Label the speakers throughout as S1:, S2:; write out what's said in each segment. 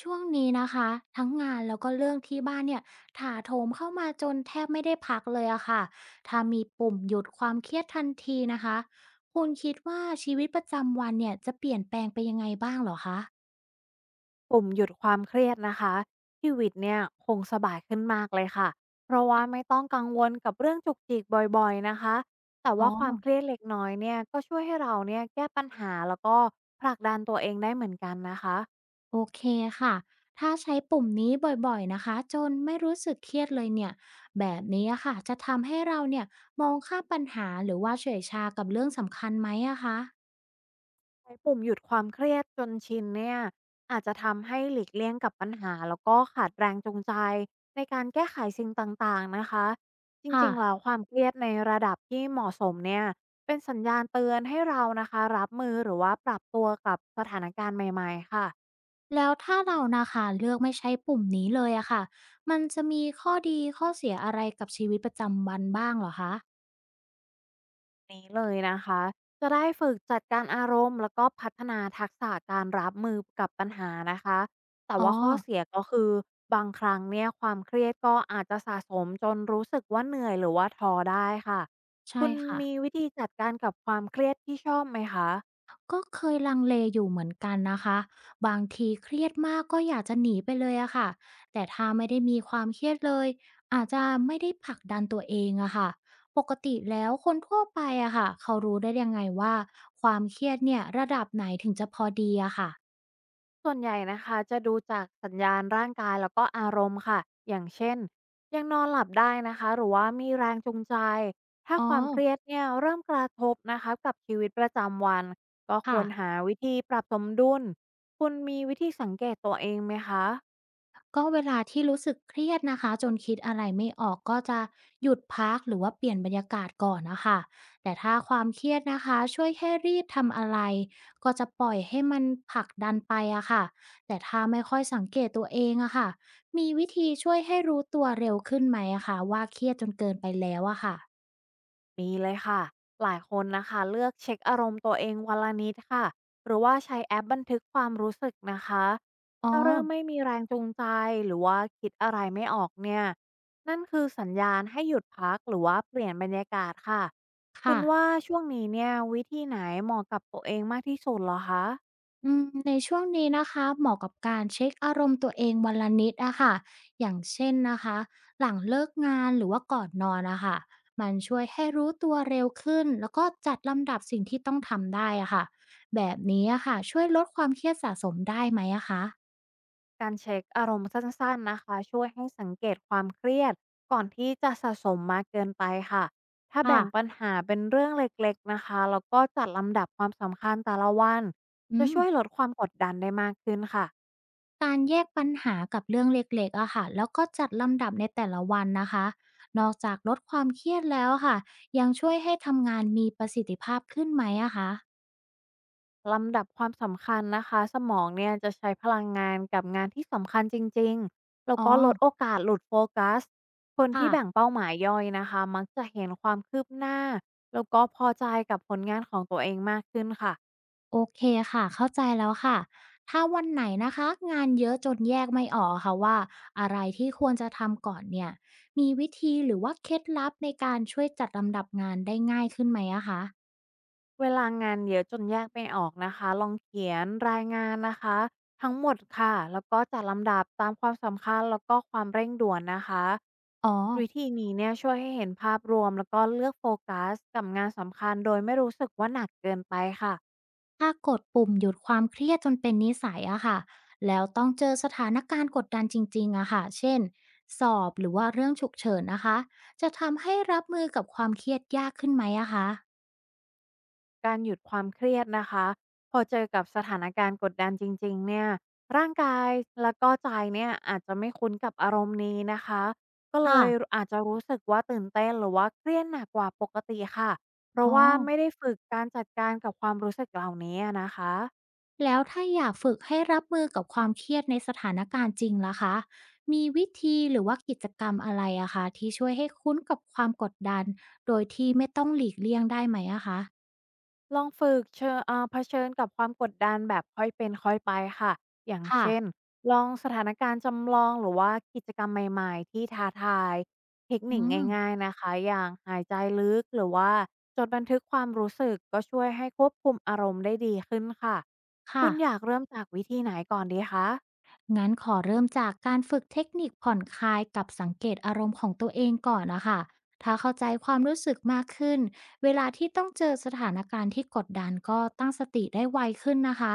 S1: ช่วงนี้นะคะทั้งงานแล้วก็เรื่องที่บ้านเนี่ยถาโถมเข้ามาจนแทบไม่ได้พักเลยอะค่ะถ้ามีปุ่มหยุดความเครียดทันทีนะคะคุณคิดว่าชีวิตประจำวันเนี่ยจะเปลี่ยนแปลงไปยังไงบ้างเหรอคะ
S2: ผมหยุดความเครียดนะคะชีวิตเนี่ยคงสบายขึ้นมากเลยค่ะเพราะว่าไม่ต้องกังวลกับเรื่องจุกจิกบ่อยๆนะคะแต่
S1: อ๋อ
S2: ว่าความเครียดเล็กน้อยเนี่ยก็ช่วยให้เราเนี่ยแก้ปัญหาแล้วก็ผลักดันตัวเองได้เหมือนกันนะคะ
S1: โอเคค่ะถ้าใช้ปุ่มนี้บ่อยๆนะคะจนไม่รู้สึกเครียดเลยเนี่ยแบบนี้อะค่ะจะทำให้เราเนี่ยมองข้ามปัญหาหรือว่าเฉอยชากับเรื่องสำคัญไหมอะคะ
S2: ใช้ปุ่มหยุดความเครียดจนชินเนี่ยอาจจะทำให้หลีกเลี่ยงกับปัญหาแล้วก็ขาดแรงจูงใจในการแก้ไขสิ่งต่างๆนะคะจ
S1: ค่ะ
S2: ริงๆแล้วความเครียดในระดับที่เหมาะสมเนี่ยเป็นสัญญาณเตือนให้เรานะคะรับมือหรือว่าปรับตัวกับสถานการณ์ใหม่ๆค่ะ
S1: แล้วถ้าเรานะคะเลือกไม่ใช้ปุ่มนี้เลยอะค่ะมันจะมีข้อดีข้อเสียอะไรกับชีวิตประจำวันบ้างเหรอคะ
S2: นี้เลยนะคะจะได้ฝึกจัดการอารมณ์แล้วก็พัฒนาทักษะการรับมือกับปัญหานะคะแต่
S1: อ๋อ
S2: ว่าข้อเสียก็คือบางครั้งเนี่ยความเครียดก็อาจจะสะสมจนรู้สึกว่าเหนื่อยหรือว่าท้อได้ค่ะ
S1: ใช่
S2: คุณ
S1: ค่ะ
S2: มีวิธีจัดการกับความเครียดที่ชอบไหมคะ
S1: ก็เคยลังเลอยู่เหมือนกันนะคะบางทีเครียดมากก็อยากจะหนีไปเลยอะค่ะแต่ถ้าไม่ได้มีความเครียดเลยอาจจะไม่ได้ผลักดันตัวเองอะค่ะปกติแล้วคนทั่วไปอะค่ะเขารู้ได้ยังไงว่าความเครียดเนี่ยระดับไหนถึงจะพอดีอะค่ะ
S2: ส่วนใหญ่นะคะจะดูจากสัญญาณร่างกายแล้วก็อารมณ์ค่ะอย่างเช่นยังนอนหลับได้นะคะหรือว่ามีแรงจูงใจถ้า
S1: อ๋อ
S2: ความเครียดเนี่ยเริ่มกระทบนะคะกับชีวิตประจำวันก็ค
S1: ค่ะ
S2: วรหาวิธีปรับสมดุลคุณมีวิธีสังเกตตัวเองไหมคะ
S1: ก็เวลาที่รู้สึกเครียดนะคะจนคิดอะไรไม่ออกก็จะหยุดพักหรือว่าเปลี่ยนบรรยากาศก่อนนะคะแต่ถ้าความเครียดนะคะช่วยแค่รีบทำอะไรก็จะปล่อยให้มันผลักดันไปอะค่ะแต่ถ้าไม่ค่อยสังเกตตัวเองอะค่ะมีวิธีช่วยให้รู้ตัวเร็วขึ้นไหมอะค่ะว่าเครียดจนเกินไปแล้วอะค่ะ
S2: มีเลยค่ะ หลายคนนะคะเลือกเช็คอารมณ์ตัวเองวันละนิดค่ะหรือว่าใช้แอปบันทึกความรู้สึกนะคะ
S1: อ๋อ
S2: ถ้าเริ่มไม่มีแรงจูงใจหรือว่าคิดอะไรไม่ออกเนี่ยนั่นคือสัญญาณให้หยุดพักหรือว่าเปลี่ยนบรรยากาศค่ะคุ
S1: ค่ะ
S2: ณว่าช่วงนี้เนี่ยวิธีไหนเหมาะกับตัวเองมากที่สุดเหรอคะ
S1: ในช่วงนี้นะคะเหมาะกับการเช็คอารมณ์ตัวเองวันละนิดอะค่ะอย่างเช่นนะคะหลังเลิกงานหรือว่าก่อนนอนนะคะมันช่วยให้รู้ตัวเร็วขึ้นแล้วก็จัดลำดับสิ่งที่ต้องทำได้อะค่ะแบบนี้อะค่ะช่วยลดความเครียดสะสมได้ไหมอะคะ
S2: การเช็กอารมณ์สั้นๆนะคะช่วยให้สังเกตความเครียดก่อนที่จะสะสมมากเกินไปค่ะถ้า
S1: ค่ะ
S2: แบ่งปัญหาเป็นเรื่องเล็กๆนะคะแล้วก็จัดลำดับความสำคัญแต่ละวัน
S1: อื
S2: จะ
S1: ม
S2: ช่วยลดความกดดันได้มากขึ้นค่ะ
S1: การแยกปัญหากับเรื่องเล็กๆอะค่ะแล้วก็จัดลำดับในแต่ละวันนะคะนอกจากลดความเครียดแล้วอะค่ะยังช่วยให้ทำงานมีประสิทธิภาพขึ้นไหมอะคะ
S2: ลำดับความสำคัญนะคะสมองเนี่ยจะใช้พลังงานกับงานที่สำคัญจริงๆแล้ว
S1: อ๋อ
S2: ก็ลดโอกาสหลุดโฟกัสคนที่แบ่ง
S1: ค่ะ
S2: เป้าหมายย่อยนะคะมักจะเห็นความคืบหน้าแล้วก็พอใจกับผลงานของตัวเองมากขึ้นค่ะ
S1: โอเคค่ะเข้าใจแล้วค่ะถ้าวันไหนนะคะงานเยอะจนแยกไม่ออกค่ะว่าอะไรที่ควรจะทำก่อนเนี่ยมีวิธีหรือว่าเคล็ดลับในการช่วยจัดลำดับงานได้ง่ายขึ้นไหมอะคะ
S2: เวลางานเยอะจนแยกไม่ออกนะคะลองเขียนรายงานนะคะทั้งหมดค่ะแล้วก็จัดลำดับตามความสำคัญแล้วก็ความเร่งด่วนนะคะ
S1: อ๋อ
S2: วิธีนี้เนี่ยช่วยให้เห็นภาพรวมแล้วก็เลือกโฟกัสกับงานสำคัญโดยไม่รู้สึกว่าหนักเกินไปค่ะ
S1: ถ้ากดปุ่มหยุดความเครียดจนเป็นนิสัยอะค่ะแล้วต้องเจอสถานการณ์กดดันจริงๆอะค่ะเช่นสอบหรือว่าเรื่องฉุกเฉินนะคะจะทำให้รับมือกับความเครียดยากขึ้นไหมอะคะ
S2: การหยุดความเครียดนะคะพอเจอกับสถานการณ์กดดันจริงๆเนี่ยร่างกายแล้วก็ใจเนี่ยอาจจะไม่คุ้นกับอารมณ์นี้นะคะก็เล
S1: ค่ะ
S2: ยอาจจะรู้สึกว่าตื่นเต้นหรือว่าเครียดหนักกว่าปกติค่ะเพ
S1: อ๋
S2: ราะ
S1: อ
S2: ว่าไม่ได้ฝึกการจัดการกับความรู้สึกเหล่านี้นะคะ
S1: แล้วถ้าอยากฝึกให้รับมือกับความเครียดในสถานการณ์จริงล่ะคะมีวิธีหรือว่ากิจกรรมอะไรอะคะที่ช่วยให้คุ้นกับความกดดันโดยที่ไม่ต้องหลีกเลี่ยงได้ไหมอะคะ
S2: ลองฝึกเชอเอ่าเผชิญกับความกดดันแบบค่อยเป็นค่อยไปค่ะ อย่าง
S1: ค่ะ
S2: เช่นลองสถานการณ์จำลองหรือว่ากิจกรรมใหม่ๆที่ท้าทายเทคนิ
S1: อื
S2: ค
S1: ม
S2: ง่ายๆนะคะอย่างหายใจลึกหรือว่าจดบันทึกความรู้สึกก็ช่วยให้ควบคุมอารมณ์ได้ดีขึ้นค่ะคุ
S1: ค่ะ
S2: ณอยากเริ่มจากวิธีไหนก่อนดีคะ
S1: งั้นขอเริ่มจากการฝึกเทคนิคผ่อนคลายกับสังเกตอารมณ์ของตัวเองก่อนนะคะ ถ้าเข้าใจความรู้สึกมากขึ้น เวลาที่ต้องเจอสถานการณ์ที่กดดันก็ตั้งสติได้ไวขึ้นนะคะ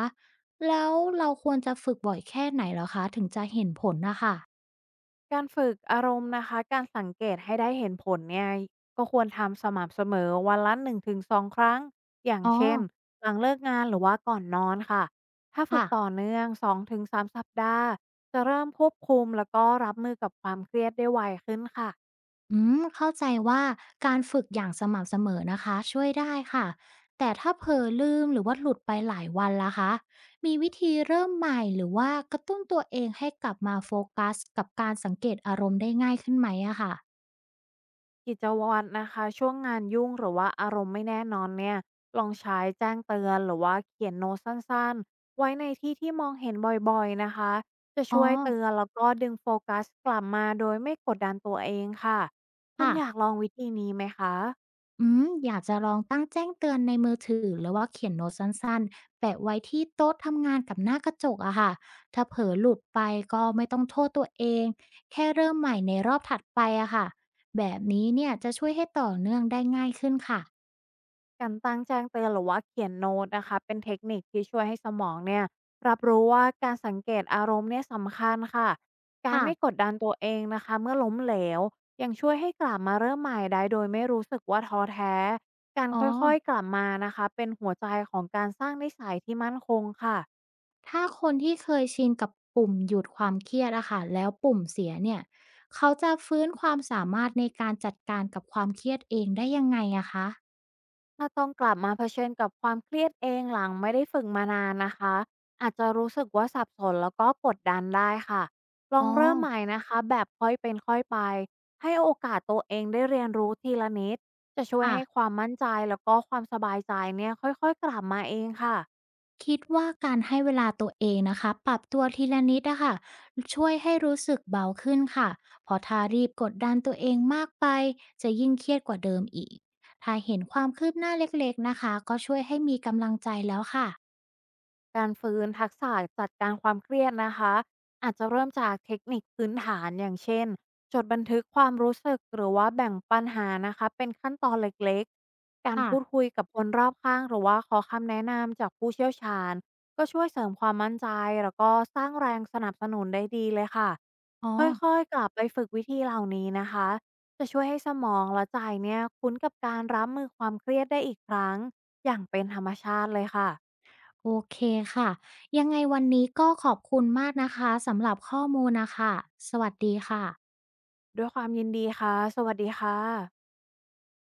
S1: แล้วเราควรจะฝึกบ่อยแค่ไหนเหรอคะถึงจะเห็นผลนะคะ
S2: การฝึกอารมณ์นะคะ การสังเกตให้ได้เห็นผลเนี่ย ก็ควรทำสม่ำเสมอวันละ1-2ครั้ง อย่าง
S1: อ๋อ
S2: เช่นหลังเลิกงานหรือว่าก่อนนอนค่ะ ถ้าฝึก
S1: ค่ะ
S2: ต่อเนื่อง2-3สามสัปดาห์ จะเริ่มควบคุมแล้วก็รับมือกับความเครียดได้ไวขึ้นค่ะ
S1: เข้าใจว่าการฝึกอย่างสม่ำเสมอนะคะช่วยได้ค่ะแต่ถ้าเผลอลืมหรือว่าหลุดไปหลายวันล่ะคะมีวิธีเริ่มใหม่หรือว่ากระตุ้นตัวเองให้กลับมาโฟกัสกับการสังเกตอารมณ์ได้ง่ายขึ้นไหมอะค่ะ
S2: กิจวัตรนะคะช่วงงานยุ่งหรือว่าอารมณ์ไม่แน่นอนเนี่ยลองใช้แจ้งเตือนหรือว่าเขียนโน้ตสั้นๆไว้ในที่ที่มองเห็นบ่อยๆนะคะจะ
S1: อ๋อ
S2: ช่วยเตือนแล้วก็ดึงโฟกัสกลับมาโดยไม่กดดันตัวเองค่ะคุณ
S1: ค่ะ
S2: อยากลองวิธีนี้ไหมคะ
S1: อยากจะลองตั้งแจ้งเตือนในมือถือหรือว่าเขียนโน้ตสั้นๆ แปะไว้ที่โต๊ะทำงานกับหน้ากระจกอะค่ะถ้าเผลอหลุดไปก็ไม่ต้องโทษตัวเอง แค่เริ่มใหม่ในรอบถัดไปอะค่ะแบบนี้เนี่ยจะช่วยให้ต่อเนื่องได้ง่ายขึ้นค่ะ
S2: การตั้งแจ้งเตือนหรือว่าเขียนโน้ตนะคะเป็นเทคนิคที่ช่วยให้สมองเนี่ยรับรู้ว่าการสังเกตอารมณ์เนี่ยสำคัญค่ะการไม่ก
S1: ค่ะ
S2: ดดันตัวเองนะคะเมื่อล้มเหลวยังช่วยให้กลับมาเริ่มใหม่ได้โดยไม่รู้สึกว่าท้อแท้การ
S1: อ๋อ
S2: ค่อยๆกลับมานะคะเป็นหัวใจของการสร้างนิสัยที่มั่นคงค่ะ
S1: ถ้าคนที่เคยชินกับปุ่มหยุดความเครียดอะค่ะแล้วปุ่มเสียเนี่ยเขาจะฟื้นความสามารถในการจัดการกับความเครียดเองได้ยังไงอะคะ
S2: ถ้าต้องกลับมาเผชิญกับความเครียดเองหลังไม่ได้ฝึกมานานนะคะอาจจะรู้สึกว่าสับสนแล้วก็กดดันได้ค่ะลอ
S1: อ๋
S2: ง
S1: อ
S2: เริ่มใหม่นะคะแบบค่อยเป็นค่อยไปให้โอกาสตัวเองได้เรียนรู้ทีละนิดจะช่วย
S1: ค่ะ
S2: ให้ความมั่นใจแล้วก็ความสบายใจเนี่ยค่อยๆกลับมาเองค่ะ
S1: คิดว่าการให้เวลาตัวเองนะคะปรับตัวทีละนิดอะค่ะช่วยให้รู้สึกเบาขึ้นค่ะเพราะถ้ารีบกดดันตัวเองมากไปจะยิ่งเครียดกว่าเดิมอีกถ้าเห็นความคืบหน้าเล็กๆนะคะก็ช่วยให้มีกำลังใจแล้วค่ะ
S2: การฟื้นทักษะจัดการความเครียดนะคะอาจจะเริ่มจากเทคนิคพื้นฐานอย่างเช่นจดบันทึกความรู้สึกหรือว่าแบ่งปัญหานะคะเป็นขั้นตอนเล็กๆการ
S1: ค่ะ
S2: พูดคุยกับคนรอบข้างหรือว่าขอคำแนะนำจากผู้เชี่ยวชาญก็ช่วยเสริมความมั่นใจแล้วก็สร้างแรงสนับสนุนได้ดีเลยค่ะ
S1: อ๋อ
S2: ค่อยๆกลับไปฝึกวิธีเหล่านี้นะคะจะช่วยให้สมองและใจเนี่ยคุ้นกับการรับมือความเครียดได้อีกครั้งอย่างเป็นธรรมชาติเลยค่ะ
S1: โอเคค่ะยังไงวันนี้ก็ขอบคุณมากนะคะสำหรับข้อมูลนะคะสวัสดีค่ะ
S2: ด้วยความยินดีค่ะ สวัสดีค่ะ